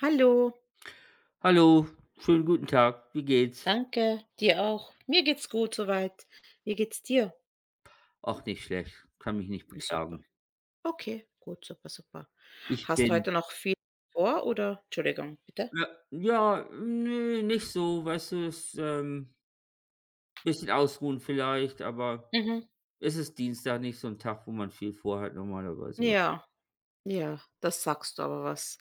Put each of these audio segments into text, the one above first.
Hallo, Hallo, schönen guten Tag. Wie geht's? danke, dir auch. Mir geht's gut soweit. Wie geht's dir? Auch nicht schlecht, kann mich nicht Super. beklagen. Okay, gut, super, super. Ich Hast du bin heute noch viel vor oder? Entschuldigung, bitte? ja, ja, ne, nicht so, weißt du, bisschen ausruhen vielleicht, aber Mhm. es ist Dienstag, nicht so ein Tag, wo man viel vorhat normalerweise, weißt. Ja, ja, das sagst du aber was.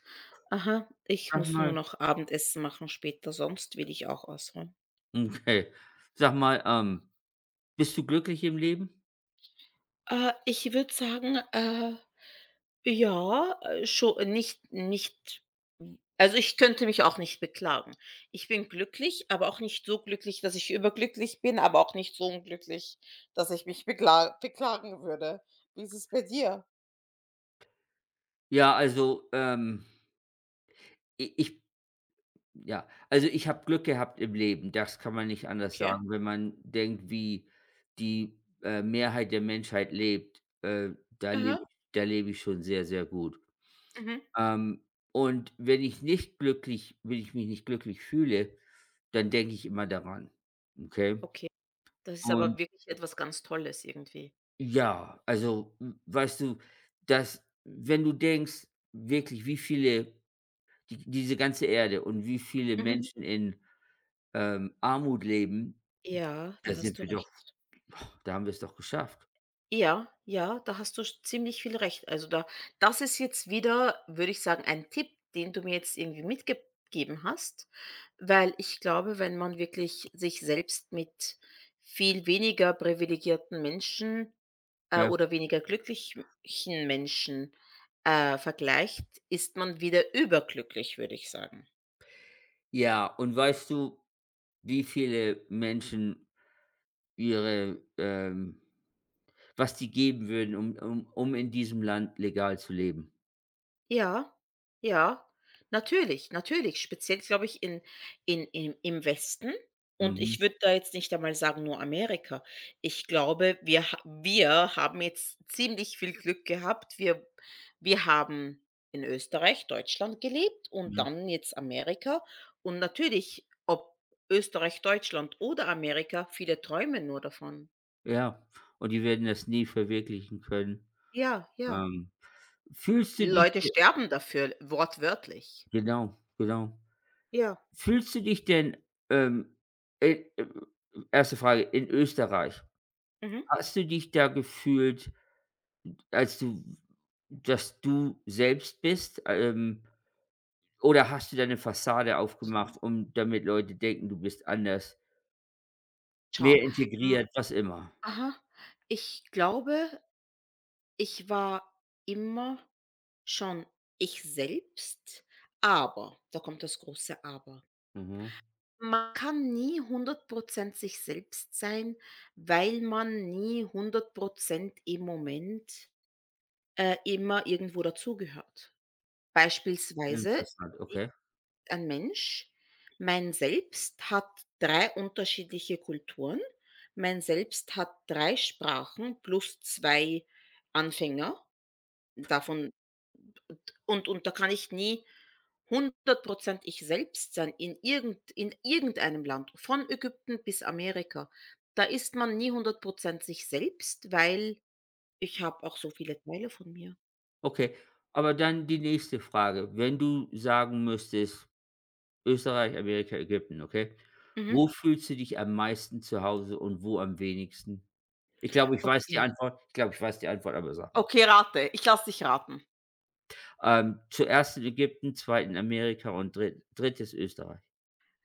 Aha, ich Sag muss nur mal, noch Abendessen machen später, sonst will ich auch ausruhen. okay. Sag mal, bist du glücklich im Leben? Ich würde sagen, ja, scho nicht also, ich könnte mich auch nicht beklagen. Ich bin glücklich, aber auch nicht so glücklich, dass ich überglücklich bin, aber auch nicht so unglücklich, dass ich mich beklagen würde. Wie ist es bei dir? Ja, also, i ich ja, also ich habe Glück gehabt im Leben, das kann man nicht anders Okay. sagen. Wenn man denkt, wie die, Mehrheit der Menschheit lebt, Aha. Da lebe ich schon sehr, sehr gut. Mhm. Ähm, und wenn ich mich nicht glücklich fühle, dann denke ich immer daran, okay? Okay. Das ist aber Und wirklich etwas ganz Tolles irgendwie. ja, also, hm, weißt du, dass wenn du denkst, wirklich, wie viele diese ganze Erde und wie viele Mhm. Menschen in, Armut leben. Ja, Da da hast sind du wir doch recht. da haben wir's doch geschafft. Ja, ja, da hast du sch ziemlich viel recht. Also, da das ist jetzt wieder, würde ich sagen, ein Tipp, den du mir jetzt irgendwie mitgegeben hast, weil ich glaube, wenn man wirklich sich selbst mit viel weniger privilegierten Menschen, Ja. oder weniger glücklichen Menschen, vergleicht, ist man wieder überglücklich, würde ich sagen. Ja, und weißt du, wie viele Menschen ihre, ähm was die geben würden, um in diesem Land legal zu leben? Ja, ja, natürlich, natürlich. Speziell, glaube ich, in im im Westen und Mhm, ich würde da jetzt nicht einmal sagen, nur Amerika. Ich glaube, wir haben jetzt ziemlich viel Glück gehabt. Wir haben in Österreich, Deutschland gelebt und ja. dann jetzt Amerika und natürlich, ob Österreich, Deutschland oder Amerika, viele träumen nur davon. Ja, und die werden das nie verwirklichen können. Ja, ja. Ähm, fühlst du dich Leute de sterben dafür, wortwörtlich. genau, genau. Ja. Fühlst du dich denn, ähm, äh, äh 1. Frage, in Österreich, Mhm. hast du dich da gefühlt? Als du, dass du selbst bist, oder hast du deine Fassade aufgemacht, um damit Leute denken, du bist anders, Ciao. mehr Hm. integriert, was immer? Aha. Ich glaube, ich war immer schon ich selbst, aber da kommt das große Aber. Mhm. Man kann nie 100% sich selbst sein, weil man nie 100% im Moment, immer irgendwo dazugehört. Beispielsweise Interessant, okay. ein Mensch mein Selbst hat 3 unterschiedliche Kulturen. Mein Selbst hat 3 Sprachen plus 2 Anfänger. Davon und da kann ich nie 100 ich selbst sein in irgendeinem Land, von Ägypten bis Amerika. Da ist man nie 100 sich selbst, weil ich habe auch so viele Teile von mir. Okay, aber dann die nächste Frage. Wenn du sagen müsstest, Österreich, Amerika, Ägypten, okay? Mhm. Wo fühlst du dich am meisten zu Hause und wo am wenigsten? Ich glaube, ich weiß die Okay. Antwort. Ich glaube, ich weiß die Antwort, aber sag mal. Okay, rate. Ich lasse dich raten. Zuerst in Ägypten, 2. Amerika und drittes Österreich.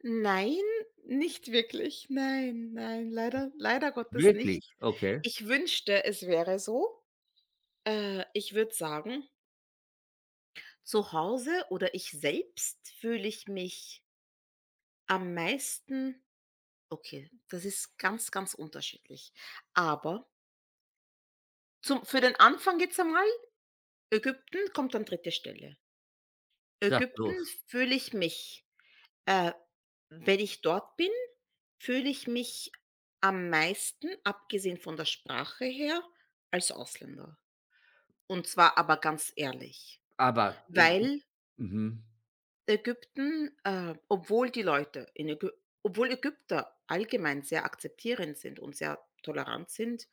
Nein, nicht wirklich. Nein, nein, leider Gottes nicht. Wirklich? Okay, Ich wünschte, es wäre so. Ich würde sagen, zu Hause oder ich selbst fühle ich mich am meisten, okay, das ist ganz, ganz unterschiedlich. Aber zum für den Anfang jetzt einmal, Ägypten kommt an 3. Stelle. sag Ägypten bloß. fühle ich mich äh, Wenn ich dort bin, fühle ich mich am meisten, abgesehen von der Sprache her, als Ausländer. Und zwar aber ganz ehrlich, Aber in weil mhm, obwohl die Leute in Ägy obwohl Ägypter allgemein sehr akzeptierend sind und sehr tolerant sind,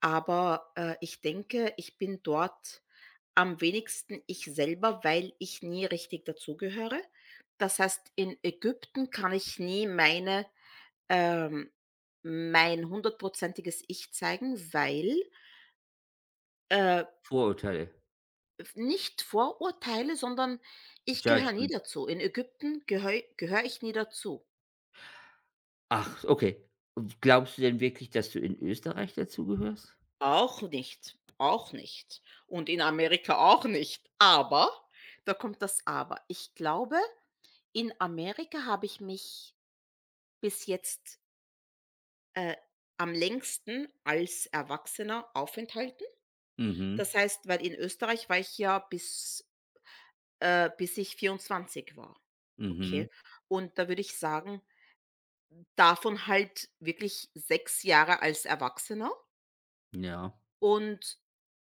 aber ich denke, ich bin dort am wenigsten ich selber, weil ich nie richtig dazugehöre. Das heißt, in Ägypten kann ich nie ähm, mein hundertprozentiges Ich zeigen. Weil, äh, Vorurteile, f Nicht Vorurteile, sondern ich gehöre nie Judgments. dazu. In Ägypten gehöre ich nie dazu. Ach, okay. Glaubst du denn wirklich, dass du in Österreich dazugehörst? Auch nicht, auch nicht, und in Amerika auch nicht. Aber da kommt das Aber. Ich glaube, in Amerika habe ich mich bis jetzt, äh, am längsten als Erwachsener aufenthalten. Mhm, Das heißt, weil in Österreich war ich ja bis ich 24 war, mhm, okay? Und da würde ich sagen, davon halt wirklich 6 Jahre als Erwachsener ja. und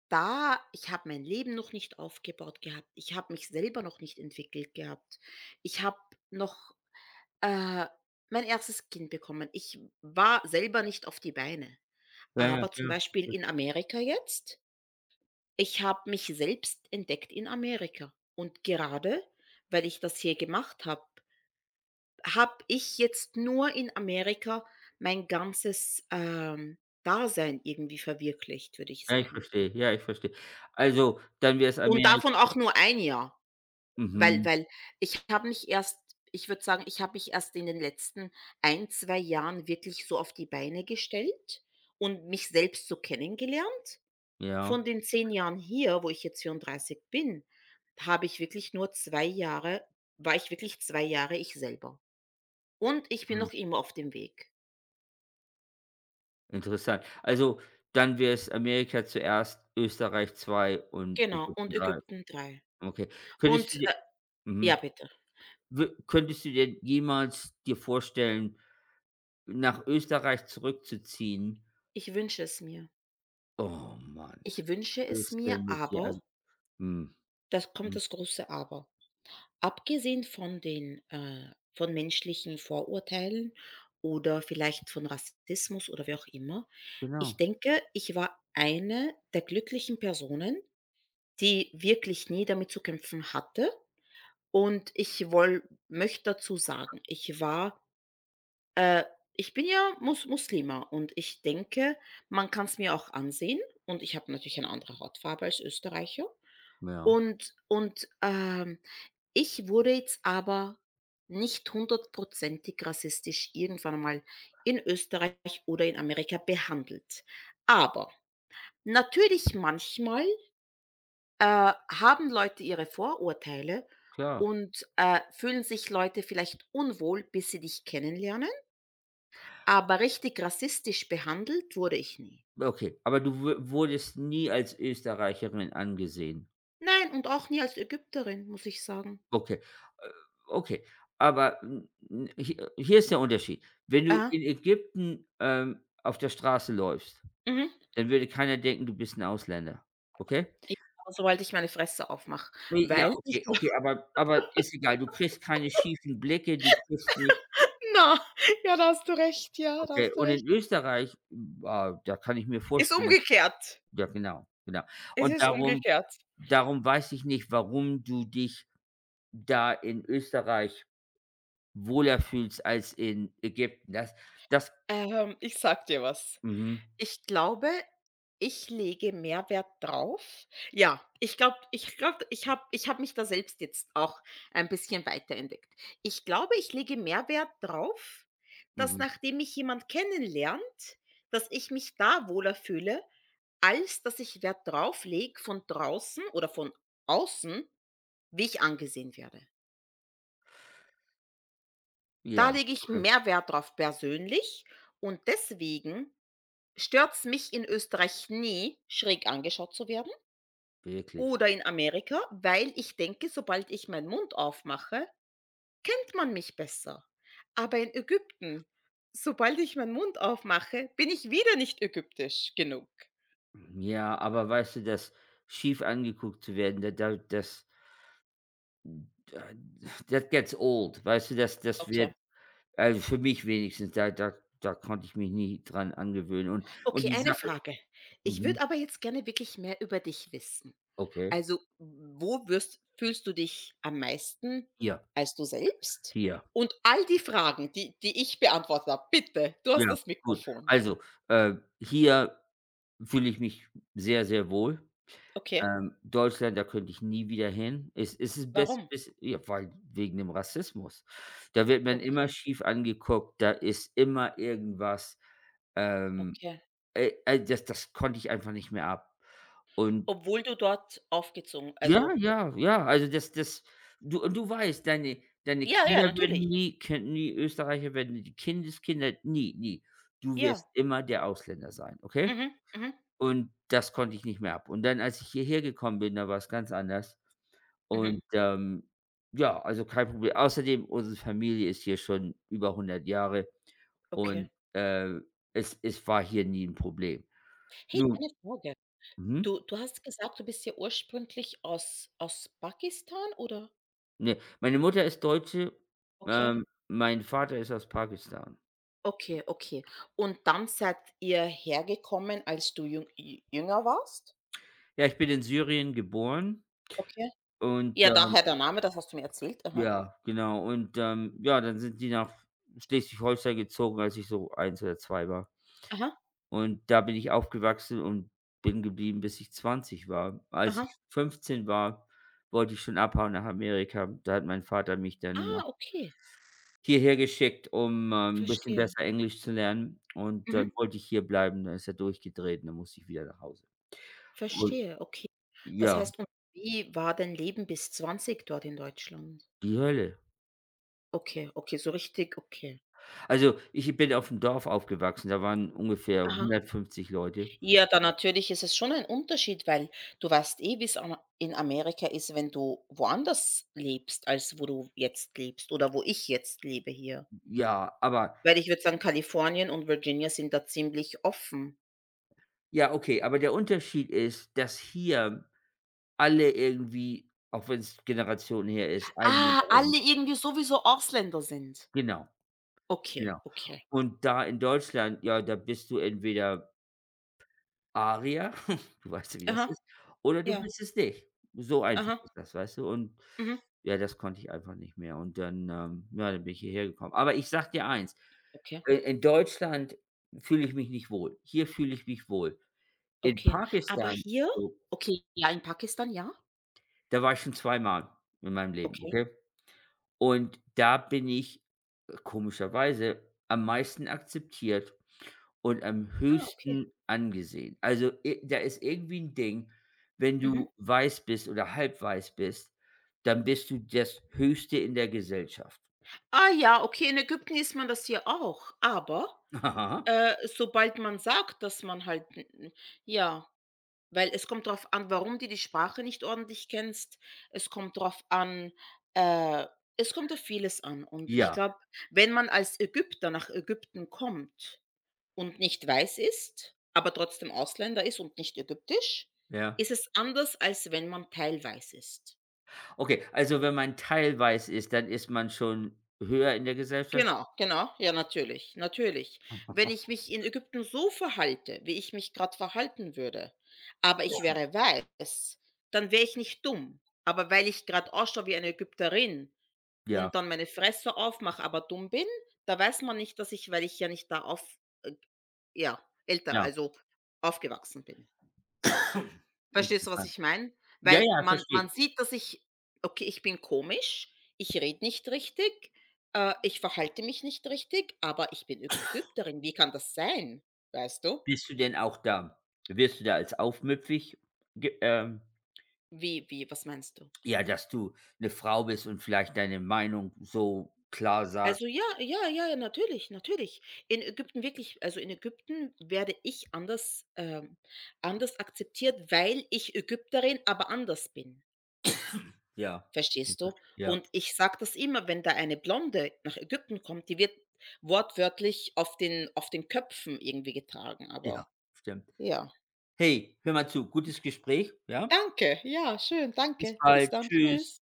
da ich habe mein Leben noch nicht aufgebaut gehabt. Ich habe mich selber noch nicht entwickelt gehabt. Ich habe noch, äh, mein erstes Kind bekommen. Ich war selber nicht auf die Beine. Ja, ja, Aber zum ja. Beispiel in Amerika jetzt, ich habe mich selbst entdeckt in Amerika. Und gerade, weil ich das hier gemacht habe, habe ich jetzt nur in Amerika mein ganzes, Dasein irgendwie verwirklicht, würde ich Ja, ich sagen. verstehe. Ja, ich verstehe. Also, dann wär's Und Ameri davon auch nur ein Jahr. Weil mhm, weil ich habe mich erst ich würde sagen, ich habe mich erst in den letzten ein 2 Jahren wirklich so auf die Beine gestellt und mich selbst so kennengelernt. ja, Von den 10 Jahren hier, wo ich jetzt 34 bin, habe ich wirklich nur 2 Jahre war ich wirklich 2 Jahre ich selber. Und ich bin hm, noch immer auf dem Weg. interessant. Also, dann wäre es Amerika zuerst, Österreich 2 und Genau, Ägypten und 3. Ägypten 3. Okay. Könntest du Und, dir äh ja, mhm. bitte. Wü könntest du dir jemals dir vorstellen, nach Österreich zurückzuziehen? Ich wünsche es mir. Oh Mann, Ich wünsche was es ist mir, denn mit dir? aber Also, mhm, das kommt mhm, das große Aber. Abgesehen von den von menschlichen Vorurteilen oder vielleicht von Rassismus oder wie auch immer, ich genau, denke, ich war eine der glücklichen Personen, die wirklich nie damit zu kämpfen hatte. Und ich woll möchte dazu sagen, äh, ich bin ja Muslima und ich denke, man kann es mir auch ansehen und ich habe natürlich eine andere Hautfarbe als Österreicher ja, und ich wurde jetzt aber nicht hundertprozentig rassistisch irgendwann einmal in Österreich oder in Amerika behandelt. Aber natürlich manchmal haben Leute ihre Vorurteile klar. und fühlen sich Leute vielleicht unwohl, bis sie dich kennenlernen, aber richtig rassistisch behandelt wurde ich nie. Okay, aber du wu wurdest nie als Österreicherin angesehen. Nein, und auch nie als Ägypterin, muss ich sagen. Okay, äh, okay. Aber n n hi hier ist der Unterschied. Wenn du Aha, in Ägypten, auf der Straße läufst, mhm. dann würde keiner denken, du bist ein Ausländer, okay? Ja, sobald ich meine Fresse aufmache, Ne, ja, weil okay, okay, aber ist egal. Du kriegst keine schiefen Blicke, du kriegst nicht. na, ja, da hast du recht, ja, da Okay, hast du und recht. in Österreich, ah, da kann ich mir Ist vorstellen, umgekehrt. ja, genau, genau. Es Und ist darum, umgekehrt. darum weiß ich nicht, warum du dich da in Österreich wohler fühlst als in Ägypten. Das, das Ich sage dir was. mhm, Ich glaube, ich lege Mehrwert drauf. Ja, ich glaube, ich habe mich da selbst jetzt auch ein bisschen weiterentdeckt. Ich glaube, ich lege Mehrwert drauf, dass mhm, nachdem mich jemand kennenlernt, dass ich mich da wohler fühle, als dass ich Wert drauf lege von draußen oder von außen, wie ich angesehen werde. Da ja, lege ich okay, Mehrwert drauf persönlich und deswegen stört's mich in Österreich nie, schräg angeschaut zu werden. wirklich. Oder in Amerika, weil ich denke, sobald ich meinen Mund aufmache, kennt man mich besser. Aber in Ägypten, sobald ich meinen Mund aufmache, bin ich wieder nicht ägyptisch genug. Mhm, ja, aber weißt du, das, schief angeguckt zu werden, da da das da that gets old, weißt du, das das wird, Okay. also für mich wenigstens, da da da konnte ich mich nie dran angewöhnen, und Okay, die eine Sache Frage. Ich mhm, würde aber jetzt gerne wirklich mehr über dich wissen. okay. Also, wo wirst fühlst du dich am meisten Hier, als du selbst? hier, Und all die Fragen, die ich beantwortet habe, bitte, du hast ja, das gut. Mikrofon. Also, äh, hier fühle ich mich sehr, sehr wohl. Okay, Deutschland, da könnte ich nie wieder hin. Es ist best warum? bis ja, weil wegen dem Rassismus. Da wird man immer Okay, schief angeguckt, da ist immer irgendwas, ähm, okay. Das konnte ich einfach nicht mehr ab. Und Obwohl du dort aufgezogen, ja, also ja, ja, also das das du, und du weißt, deine ja, ja, Kinder werden natürlich. nie, könnten nie Österreicher werden, die Kindeskinder nie, nie. Du Ja. wirst immer der Ausländer sein, okay? Mhm, mhm, Und das konnte ich nicht mehr ab. Und dann, als ich hierher gekommen bin, da war es ganz anders. mhm. Und, ja, also kein Problem. Außerdem, unsere Familie ist hier schon über 100 Jahre, Okay. und, es war hier nie ein Problem. Hey, Nun eine Frage. mhm? Du hast gesagt, du bist ja ursprünglich aus Pakistan, oder? Ne, meine Mutter ist Deutsche, Okay, mein Vater ist aus Pakistan. okay, okay. Und dann seid ihr hergekommen, als du jünger warst? Ja, ich bin in Syrien geboren Okay. und, Ja, daher der Name, das hast du mir erzählt. Aha. ja, genau, und, ja, dann sind die nach Schleswig-Holstein gezogen, als ich so eins oder 2 war. Aha, Und da bin ich aufgewachsen und bin geblieben, bis ich 20 war. Als aha. ich 15 war, wollte ich schon abhauen nach Amerika. Da hat mein Vater mich dann nach Ah, okay. hierher geschickt, um, 'n bisschen Verstehe. besser Englisch zu lernen, und dann Mhm. wollte ich hier bleiben. Dann ist er durchgedreht und dann musste ich wieder nach Hause. Und Verstehe, okay. Das ja, heißt, und wie war dein Leben bis 20 dort in Deutschland? die Hölle. Okay, okay, so richtig okay. Also, ich bin auf dem Dorf aufgewachsen, da waren ungefähr Aha. 150 Leute. Ja, dann natürlich ist es schon ein Unterschied, weil du weißt eh, wie's am in Amerika ist, wenn du woanders lebst, als wo du jetzt lebst oder wo ich jetzt lebe hier. Ja, aber Weil ich würde sagen, Kalifornien und Virginia sind da ziemlich offen. ja, okay, aber der Unterschied ist, dass hier alle irgendwie, auch wenn's Generationen her ist, Ah, Einwanderer sind. alle irgendwie sowieso Ausländer sind. Genau, Okay, genau. okay. Und da in Deutschland, ja, da bist du entweder Aria, du weißt ja, wie Aha, das ist, oder du ja, bist es nicht. So einfach ist aha, das, weißt du? Und mhm. ja, das konnte ich einfach nicht mehr. Und dann, ja, dann bin ich hierher gekommen. Aber ich sag dir eins, Okay, in Deutschland fühle ich mich nicht wohl. Hier fühle ich mich wohl. In okay. Aber Pakistan, hier? so, Okay, ja, in Pakistan, ja. da war ich schon 2-mal in meinem Leben, Okay. okay? Und da bin ich, komischerweise am meisten akzeptiert und am Ah, okay. höchsten angesehen. Also, i da ist irgendwie ein Ding, wenn Mhm. du weiß bist oder halb weiß bist, dann bist du das Höchste in der Gesellschaft. Ah ja, okay, in Ägypten isst man das hier auch, aber Aha. Sobald man sagt, dass man halt n n ja, weil es kommt darauf an, warum du die Sprache nicht ordentlich kennst. Es kommt darauf an. äh, Es kommt auf vieles an. Und ich Ja, glaube, wenn man als Ägypter nach Ägypten kommt und nicht weiß ist, aber trotzdem Ausländer ist und nicht ägyptisch, ja. ist es anders, als wenn man teilweiß ist. Okay, also wenn man teilweiß ist, dann ist man schon höher in der Gesellschaft? Genau, genau. Ja, natürlich, natürlich. Wenn ich mich in Ägypten so verhalte, wie ich mich gerade verhalten würde, aber ich wäre weiß, dann wäre ich nicht dumm. Aber weil ich gerade ausschaue wie eine Ägypterin Ja, und dann meine Fresse aufmache, aber dumm bin, da weiß man nicht, dass ich, weil ich ja nicht da auf ja, älter, ja. also aufgewachsen bin. Verstehst du, was Interessant. ich meine? Ja, Weil ja, man verstehe. man sieht, dass ich, okay, ich bin komisch, ich rede nicht richtig, ich verhalte mich nicht richtig, aber ich bin Ägypterin. Wie kann das sein? Weißt du? Bist du denn auch da, wirst du da als aufmüpfig ge Wie was meinst du? ja, dass du eine Frau bist und vielleicht deine Meinung so klar Also, sagst? ja, ja, ja, ja, natürlich, natürlich. In Ägypten, wirklich, also, in Ägypten werde ich anders akzeptiert, weil ich Ägypterin, aber anders bin. Ja. Verstehst du? Ja, Und ich sage das immer, wenn da eine Blonde nach Ägypten kommt, die wird wortwörtlich auf den Köpfen irgendwie getragen, ja, aber stimmt. ja. Hey, hör mal zu, gutes Gespräch, ja? Danke, ja, schön, Bis danke. Bis bald. dann, Tschüss. tschüss.